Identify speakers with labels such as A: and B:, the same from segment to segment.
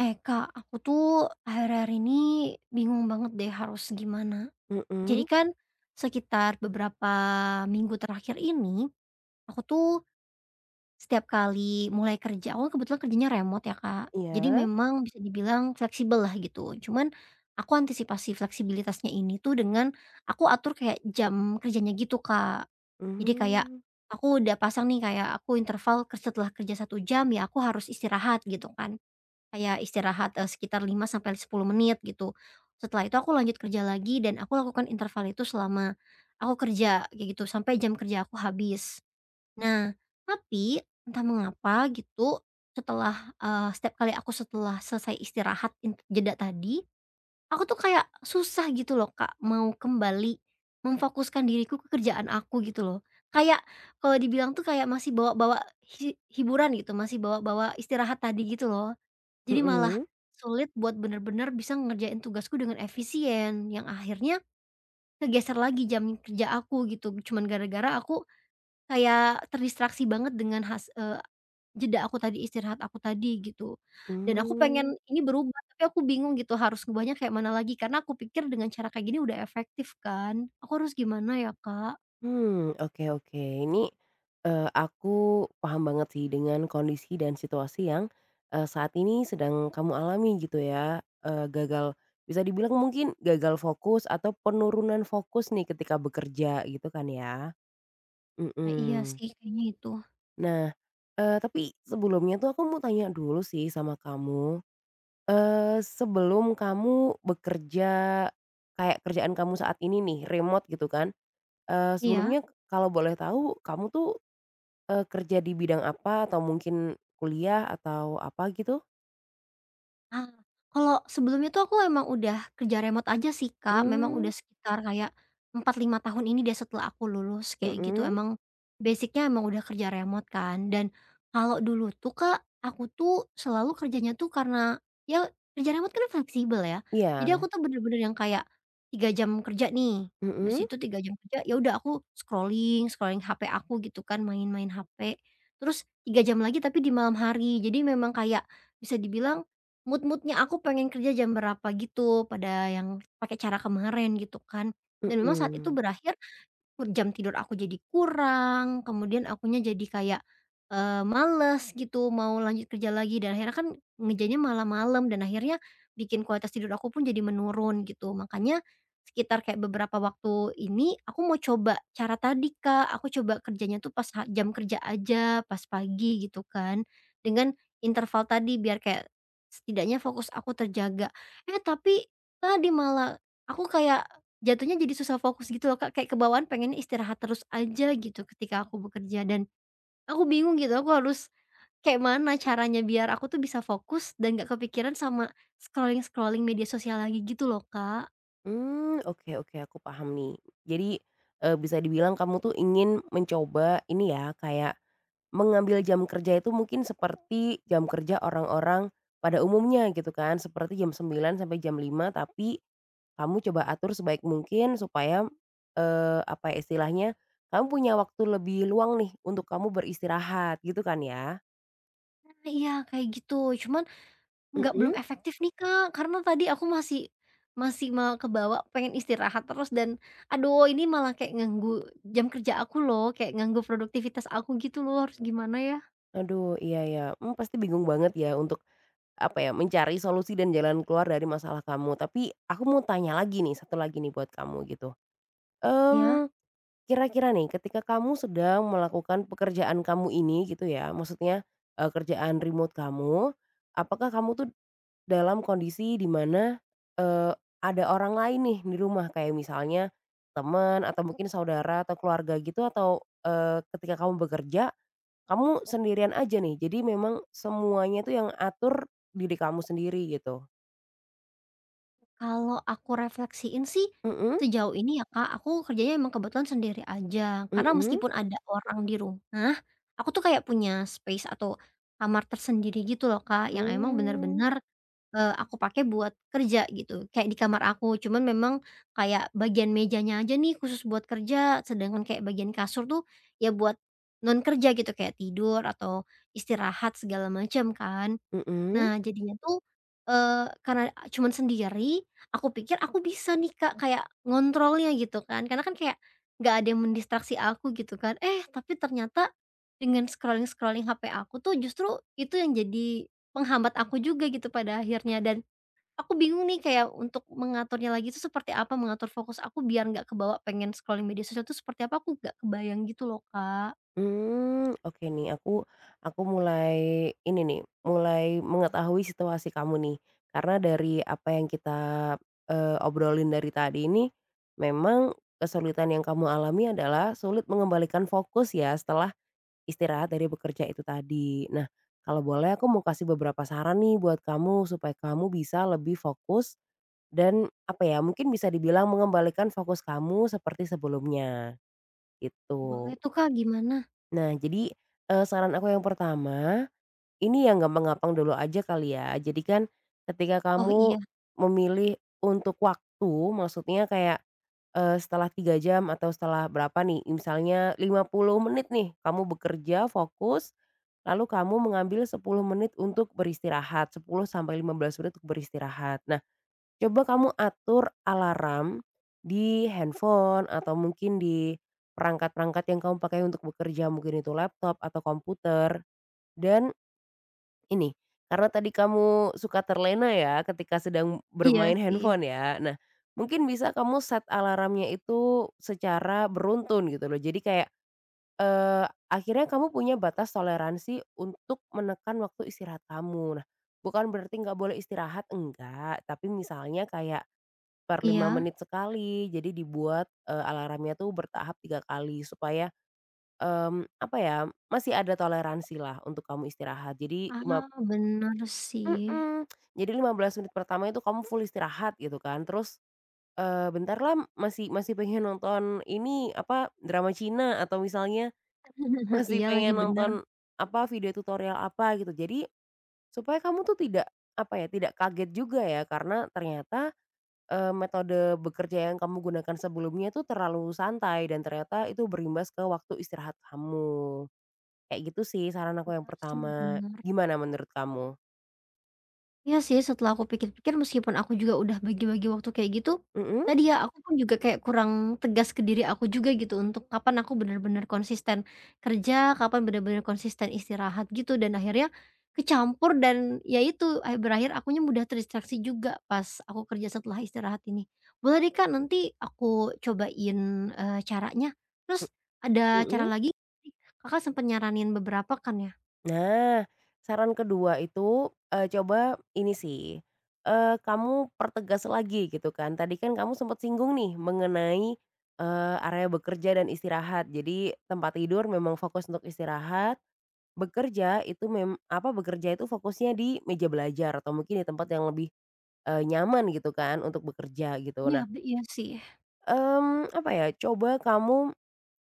A: Eh Kak, aku tuh akhir-akhir ini bingung banget deh harus gimana. Jadi
B: Mhm,
A: kan sekitar beberapa minggu terakhir ini, aku tuh setiap kali mulai kerja, aku kan kebetulan kerjanya remote ya Kak. Jadi
B: iya,
A: memang bisa dibilang fleksibel lah gitu. Cuman aku antisipasi fleksibilitasnya ini tuh dengan aku atur kayak jam kerjanya gitu Kak. Jadi kayak
B: mmm,
A: aku udah pasang nih kayak aku setelah kerja 1 jam ya aku harus istirahat gitu kan. Kayak istirahat, sekitar 5 sampai 10 menit gitu. Setelah itu aku lanjut kerja lagi dan aku lakukan interval itu selama aku kerja, kayak gitu, sampai jam kerja aku habis. Nah, tapi entah mengapa gitu setelah, setiap kali aku setelah selesai istirahat int jeda tadi, aku tuh kayak susah gitu loh, Kak, mau kembali memfokuskan diriku ke kerjaan aku gitu loh. Kayak kalau dibilang tuh kayak masih bawa-bawa hiburan gitu, masih bawa-bawa istirahat tadi gitu loh. Jadi malah
B: mhm,
A: sulit buat bener-bener bisa ngerjain tugasku dengan efisien, yang akhirnya kegeser lagi jam kerja aku gitu, cuman gara-gara aku kayak terdistraksi banget dengan jeda aku tadi, istirahat aku tadi gitu. Dan aku
B: mmm,
A: pengen ini berubah, tapi aku bingung gitu harus ngubahnya kayak mana lagi, karena aku pikir dengan cara kayak gini udah efektif kan. Aku harus gimana ya, Kak?
B: mmm, oke, oke. Ini, aku paham banget sih dengan kondisi dan situasi yang, saat ini sedang kamu alami gitu ya, gagal bisa dibilang mungkin gagal fokus atau penurunan fokus nih ketika bekerja gitu kan ya,
A: Nah, iya
B: mhm.
A: sih kayaknya itu.
B: Nah, tapi sebelumnya tuh aku mau tanya dulu sih sama kamu. Sebelum kamu bekerja kayak kerjaan kamu saat ini nih, remote gitu kan,
A: Iya?
B: sebelumnya kalau boleh tahu kamu tuh, kerja di bidang apa atau mungkin kuliah atau apa gitu?
A: Ah, kalau sebelumnya tuh aku emang udah kerja remote aja sih, Kak, memang
B: Mmm,
A: udah sekitar kayak 4 5 tahun ini deh setelah aku lulus kayak gitu,
B: mhm,
A: emang basicnya emang udah kerja remote kan. Dan kalau dulu tuh, Kak, aku tuh selalu kerjanya tuh karena ya kerja remote kan fleksibel ya, jadi aku
B: iya,
A: tuh bener-bener yang kayak 3 jam kerja nih, habis
B: mhm,
A: itu 3 jam kerja ya udah aku scrolling scrolling HP aku gitu kan, main-main HP, terus 3 jam lagi tapi di malam hari. Jadi memang kayak bisa dibilang Mood-mood-nya aku pengen kerja jam berapa gitu pada yang pakai cara kemarin gitu kan, dan memang saat itu
B: mhm.
A: berakhir jam tidur aku jadi kurang, kemudian akunya jadi kayak, males gitu mau lanjut kerja lagi dan akhirnya kan ngejanya malam malam dan akhirnya bikin kualitas tidur aku pun jadi menurun gitu. Makanya sekitar kayak beberapa waktu ini aku mau coba cara tadi, Kak. Aku coba kerjanya tuh pas jam kerja aja, pas pagi gitu kan, dengan interval tadi biar kayak setidaknya fokus aku terjaga. Eh, tapi tadi malah aku kayak jatuhnya jadi susah fokus gitu loh, Kak, kayak kebawaan pengennya istirahat terus aja gitu ketika aku bekerja dan aku bingung gitu, aku harus kayak mana caranya biar aku tuh bisa fokus dan nggak kepikiran sama scrolling-scrolling media sosial lagi gitu loh, Kak.
B: Hmm, oke, oke. Aku paham nih. Jadi, bisa dibilang kamu tuh ingin mencoba ini ya, kayak mengambil jam kerja itu mungkin seperti jam kerja orang-orang pada umumnya gitu kan, seperti jam 9 sampai jam 5, tapi kamu coba atur sebaik mungkin supaya, apa ya istilahnya, kamu punya waktu lebih luang nih untuk kamu beristirahat gitu kan ya?
A: Nah, iya kayak gitu, cuman nggak belum
B: Mhm?
A: efektif nih, Kak, karena tadi aku masih masih mau kebawa pengen istirahat terus dan aduh ini malah kayak nganggu jam kerja aku loh, kayak nganggu produktivitas aku gitu loh, harus gimana ya?
B: Aduh, iya ya. Pasti bingung banget ya untuk, apa ya, mencari solusi dan jalan keluar dari masalah kamu. Tapi aku mau tanya lagi nih, satu lagi nih buat kamu gitu.
A: Ya.
B: Mmm, Kira-kira nih ketika kamu sedang melakukan pekerjaan kamu ini gitu ya, maksudnya, kerjaan remote kamu, apakah kamu tuh dalam kondisi di mana, eee, ada orang lain nih di rumah kayak misalnya teman atau mungkin saudara atau keluarga gitu atau, ketika kamu bekerja, kamu sendirian aja nih? Jadi memang semuanya tuh yang atur diri kamu sendiri gitu?
A: Kalau aku refleksiin sih,
B: Mhm,
A: sejauh ini ya Kak, aku kerjanya emang kebetulan sendiri aja. Karena
B: mhm,
A: meskipun ada orang di rumah, aku tuh kayak punya space atau kamar tersendiri gitu loh Kak, yang emang
B: mmm,
A: bener-bener, aku pakai buat kerja gitu, kayak di kamar aku. Cuman memang kayak bagian mejanya aja nih khusus buat kerja, sedangkan kayak bagian kasur tuh ya buat non kerja gitu, kayak tidur atau istirahat segala macam kan.
B: mhm,
A: Nah, jadinya tuh, eee, karena cuman sendiri, aku pikir aku bisa nih, Kak, kayak ngontrolnya gitu kan, karena kan kayak nggak ada yang mendistraksi aku gitu kan. Eh, tapi ternyata dengan scrolling-scrolling HP aku tuh justru itu yang jadi penghambat aku juga gitu pada akhirnya dan aku bingung nih kayak untuk mengaturnya lagi itu seperti apa, mengatur fokus aku biar nggak kebawa pengen scrolling media sosial itu seperti apa, aku nggak kebayang gitu loh, Kak.
B: mmm, oke nih, aku mulai ini nih, mulai mengetahui situasi kamu nih. Karena dari apa yang kita, obrolin dari tadi ini, memang kesulitan yang kamu alami adalah sulit mengembalikan fokus ya setelah istirahat dari bekerja itu tadi. Nah, kalau boleh aku mau kasih beberapa saran nih buat kamu supaya kamu bisa lebih fokus, dan apa ya, mungkin bisa dibilang mengembalikan fokus kamu seperti sebelumnya, gitu.
A: Boleh tuh, Kak, gimana?
B: Nah jadi, saran aku yang pertama, ini yang gampang-gampang dulu aja kali ya. Jadi kan ketika
A: Oh,
B: kamu
A: iya.
B: memilih untuk waktu, maksudnya kayak, setelah 3 jam atau setelah berapa nih, misalnya 50 menit nih kamu bekerja fokus, lalu kamu mengambil 10 menit untuk beristirahat, 10 sampai 15 menit untuk beristirahat. Nah, coba kamu atur alarm di handphone atau mungkin di perangkat-perangkat yang kamu pakai untuk bekerja, mungkin itu laptop atau komputer. Dan ini, karena tadi kamu suka terlena ya ketika sedang
A: Iya
B: bermain
A: sih.
B: handphone ya. Nah, mungkin bisa kamu set alarmnya itu secara beruntun gitu loh. Jadi kayak, eee, akhirnya kamu punya batas toleransi untuk menekan waktu istirahat kamu. Nah, bukan berarti nggak boleh istirahat, enggak. Tapi misalnya kayak per 5
A: Iya.
B: menit sekali, jadi dibuat, alarmnya tuh bertahap 3 kali supaya, apa ya, masih ada toleransi lah untuk kamu istirahat. Jadi lima
A: Ah, bener sih.
B: Mhm, jadi 15 menit pertama itu kamu full istirahat gitu kan, terus, bentarlah masih masih pengen nonton ini, apa, drama Cina atau misalnya masih
A: Iya lagi,
B: pengen
A: bener
B: nonton, apa, video tutorial apa gitu. Jadi supaya kamu tuh tidak, apa ya, tidak kaget juga ya karena ternyata, metode bekerja yang kamu gunakan sebelumnya itu terlalu santai dan ternyata itu berimbas ke waktu istirahat kamu. Kayak gitu sih saran aku yang
A: bener sih,
B: pertama.
A: bener.
B: Gimana menurut kamu?
A: Iya sih, setelah aku pikir-pikir meskipun aku juga udah bagi-bagi waktu kayak gitu,
B: Mhm,
A: tadi ya aku pun juga kayak kurang tegas ke diri aku juga gitu untuk kapan aku benar-benar konsisten kerja, kapan benar-benar konsisten istirahat gitu dan akhirnya kecampur dan ya itu, berakhir akunya mudah terdistraksi juga pas aku kerja setelah istirahat ini. Boleh deh Kak, nanti aku cobain, caranya. Terus ada cara
B: mhm.
A: lagi Kakak sempat nyaranin beberapa kan ya?
B: Nah, saran kedua itu, coba ini sih, kamu pertegas lagi gitu kan. Tadi kan kamu sempat singgung nih mengenai, area bekerja dan istirahat. Jadi tempat tidur memang fokus untuk istirahat, bekerja itu fokusnya di meja belajar atau mungkin di tempat yang lebih, nyaman gitu kan untuk bekerja gitu.
A: Iya,
B: Nah,
A: iya sih.
B: apa ya, coba kamu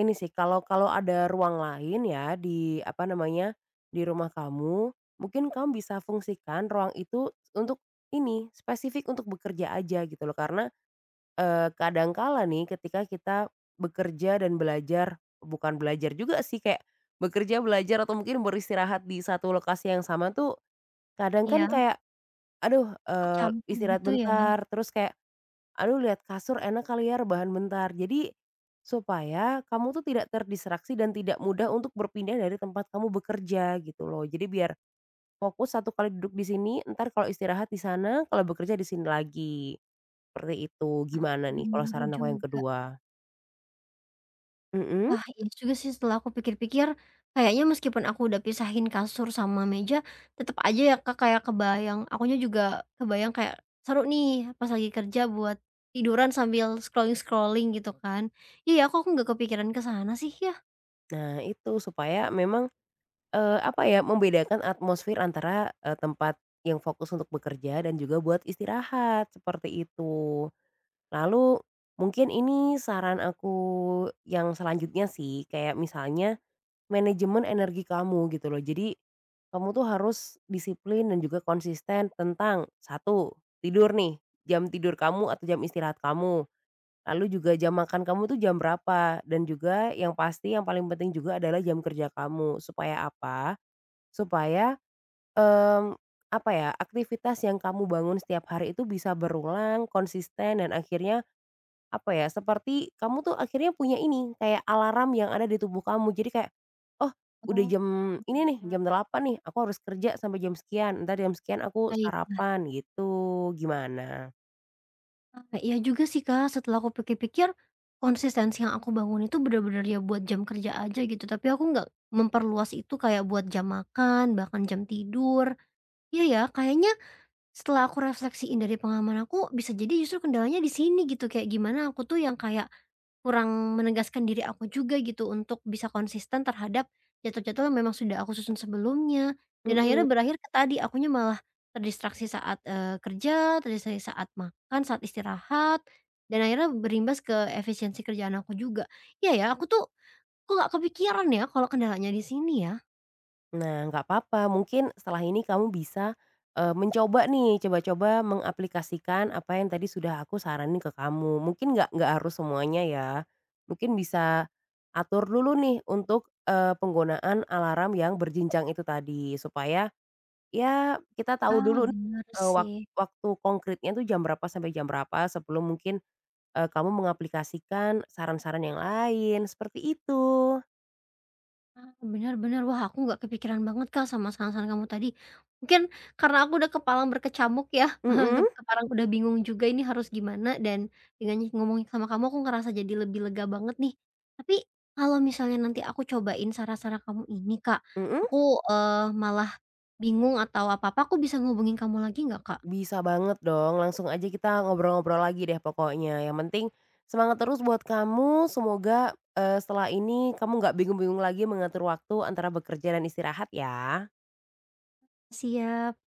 B: ini sih kalau kalau ada ruang lain ya di apa namanya, di rumah kamu, mungkin kamu bisa fungsikan ruang itu untuk ini, spesifik untuk bekerja aja gitu loh. Karena, kadangkala nih ketika kita bekerja dan belajar, bukan belajar juga sih kayak bekerja, belajar, atau mungkin beristirahat di satu lokasi yang sama tuh kadang kan
A: Iya,
B: kayak, aduh,
A: aku kecampur
B: istirahat
A: gitu ya.
B: bentar, terus kayak, aduh, lihat kasur enak kali ya rebahan bentar. Jadi, supaya kamu tuh tidak terdistraksi dan tidak mudah untuk berpindah dari tempat kamu bekerja gitu loh. Jadi biar fokus satu kali duduk di sini, entar kalau istirahat di sana, kalau bekerja di sini lagi, seperti itu. Gimana nih kalau
A: Bener
B: saran aku yang
A: juga.
B: kedua? Mhm.
A: Wah, iya juga sih setelah aku pikir-pikir, kayaknya meskipun aku udah pisahin kasur sama meja, tetap aja ya, Kak, kayak kebayang akunya juga kebayang kayak, seru nih pas lagi kerja buat tiduran sambil scrolling-scrolling gitu kan. Iya aku nggak kepikiran ke sana sih ya?
B: Nah itu supaya memang, apa ya, membedakan atmosfer antara, tempat yang fokus untuk bekerja dan juga buat istirahat, seperti itu. Lalu mungkin ini saran aku yang selanjutnya sih, kayak misalnya manajemen energi kamu gitu loh. Jadi kamu tuh harus disiplin dan juga konsisten tentang, satu, tidur nih, jam tidur kamu atau jam istirahat kamu. Lalu juga jam makan kamu tuh jam berapa? Dan juga yang pasti yang paling penting juga adalah jam kerja kamu. Supaya apa? Supaya, mmm, apa ya, aktivitas yang kamu bangun setiap hari itu bisa berulang, konsisten, dan akhirnya apa ya, seperti kamu tuh akhirnya punya ini, kayak alarm yang ada di tubuh kamu. Jadi kayak, "Oh, udah
A: Oh,
B: jam ini nih,
A: alhamdulillah.
B: jam 8 nih, aku harus kerja sampai jam sekian, ntar jam sekian aku
A: Baiklah.
B: sarapan." Gitu. Gimana?
A: Ah, iya juga sih, Kak, setelah aku pikir-pikir, konsistensi yang aku bangun itu bener-bener ya buat jam kerja aja gitu, tapi aku nggak memperluas itu kayak buat jam makan, bahkan jam tidur. Iya ya, kayaknya setelah aku refleksiin dari pengalaman aku, bisa jadi justru kendalanya di sini gitu, kayak gimana aku tuh yang kayak kurang menegaskan diri aku juga gitu untuk bisa konsisten terhadap jadwal-jadwal yang memang sudah aku susun sebelumnya. Dan
B: Mhm.
A: akhirnya berakhir ke tadi, akunya malah terdistraksi saat, kerja, terdistraksi saat makan, saat istirahat, dan akhirnya berimbas ke efisiensi kerjaan aku juga. Iya ya, aku tuh kok nggak kepikiran ya kalau kendalanya di sini ya?
B: Nah, nggak apa-apa, mungkin setelah ini kamu bisa, mencoba nih, coba-coba mengaplikasikan apa yang tadi sudah aku saranin ke kamu. Mungkin nggak harus semuanya ya, mungkin bisa atur dulu nih untuk, penggunaan alarm yang berjenjang itu tadi, supaya ya kita tahu
A: Ah,
B: dulu nih,
A: bener
B: eee, wak
A: sih.
B: waktu konkretnya tuh jam berapa sampai jam berapa sebelum mungkin, kamu mengaplikasikan saran-saran yang lain, seperti itu.
A: Ah, bener. Wah, aku nggak kepikiran banget, Kak, sama saran-saran kamu tadi. Mungkin karena aku udah kepala berkecamuk ya,
B: Mhm,
A: kepala udah bingung juga ini harus gimana, dan dengan ngomongin sama kamu, aku ngerasa jadi lebih lega banget nih. Tapi kalau misalnya nanti aku cobain saran-saran kamu ini, Kak,
B: mhm?
A: aku, malah bingung atau apa-apa, aku bisa ngubungin kamu lagi nggak, Kak?
B: Bisa banget dong, langsung aja kita ngobrol-ngobrol lagi deh pokoknya. Yang penting semangat terus buat kamu, semoga, setelah ini kamu nggak bingung-bingung lagi mengatur waktu antara bekerja dan istirahat ya.
A: Siap.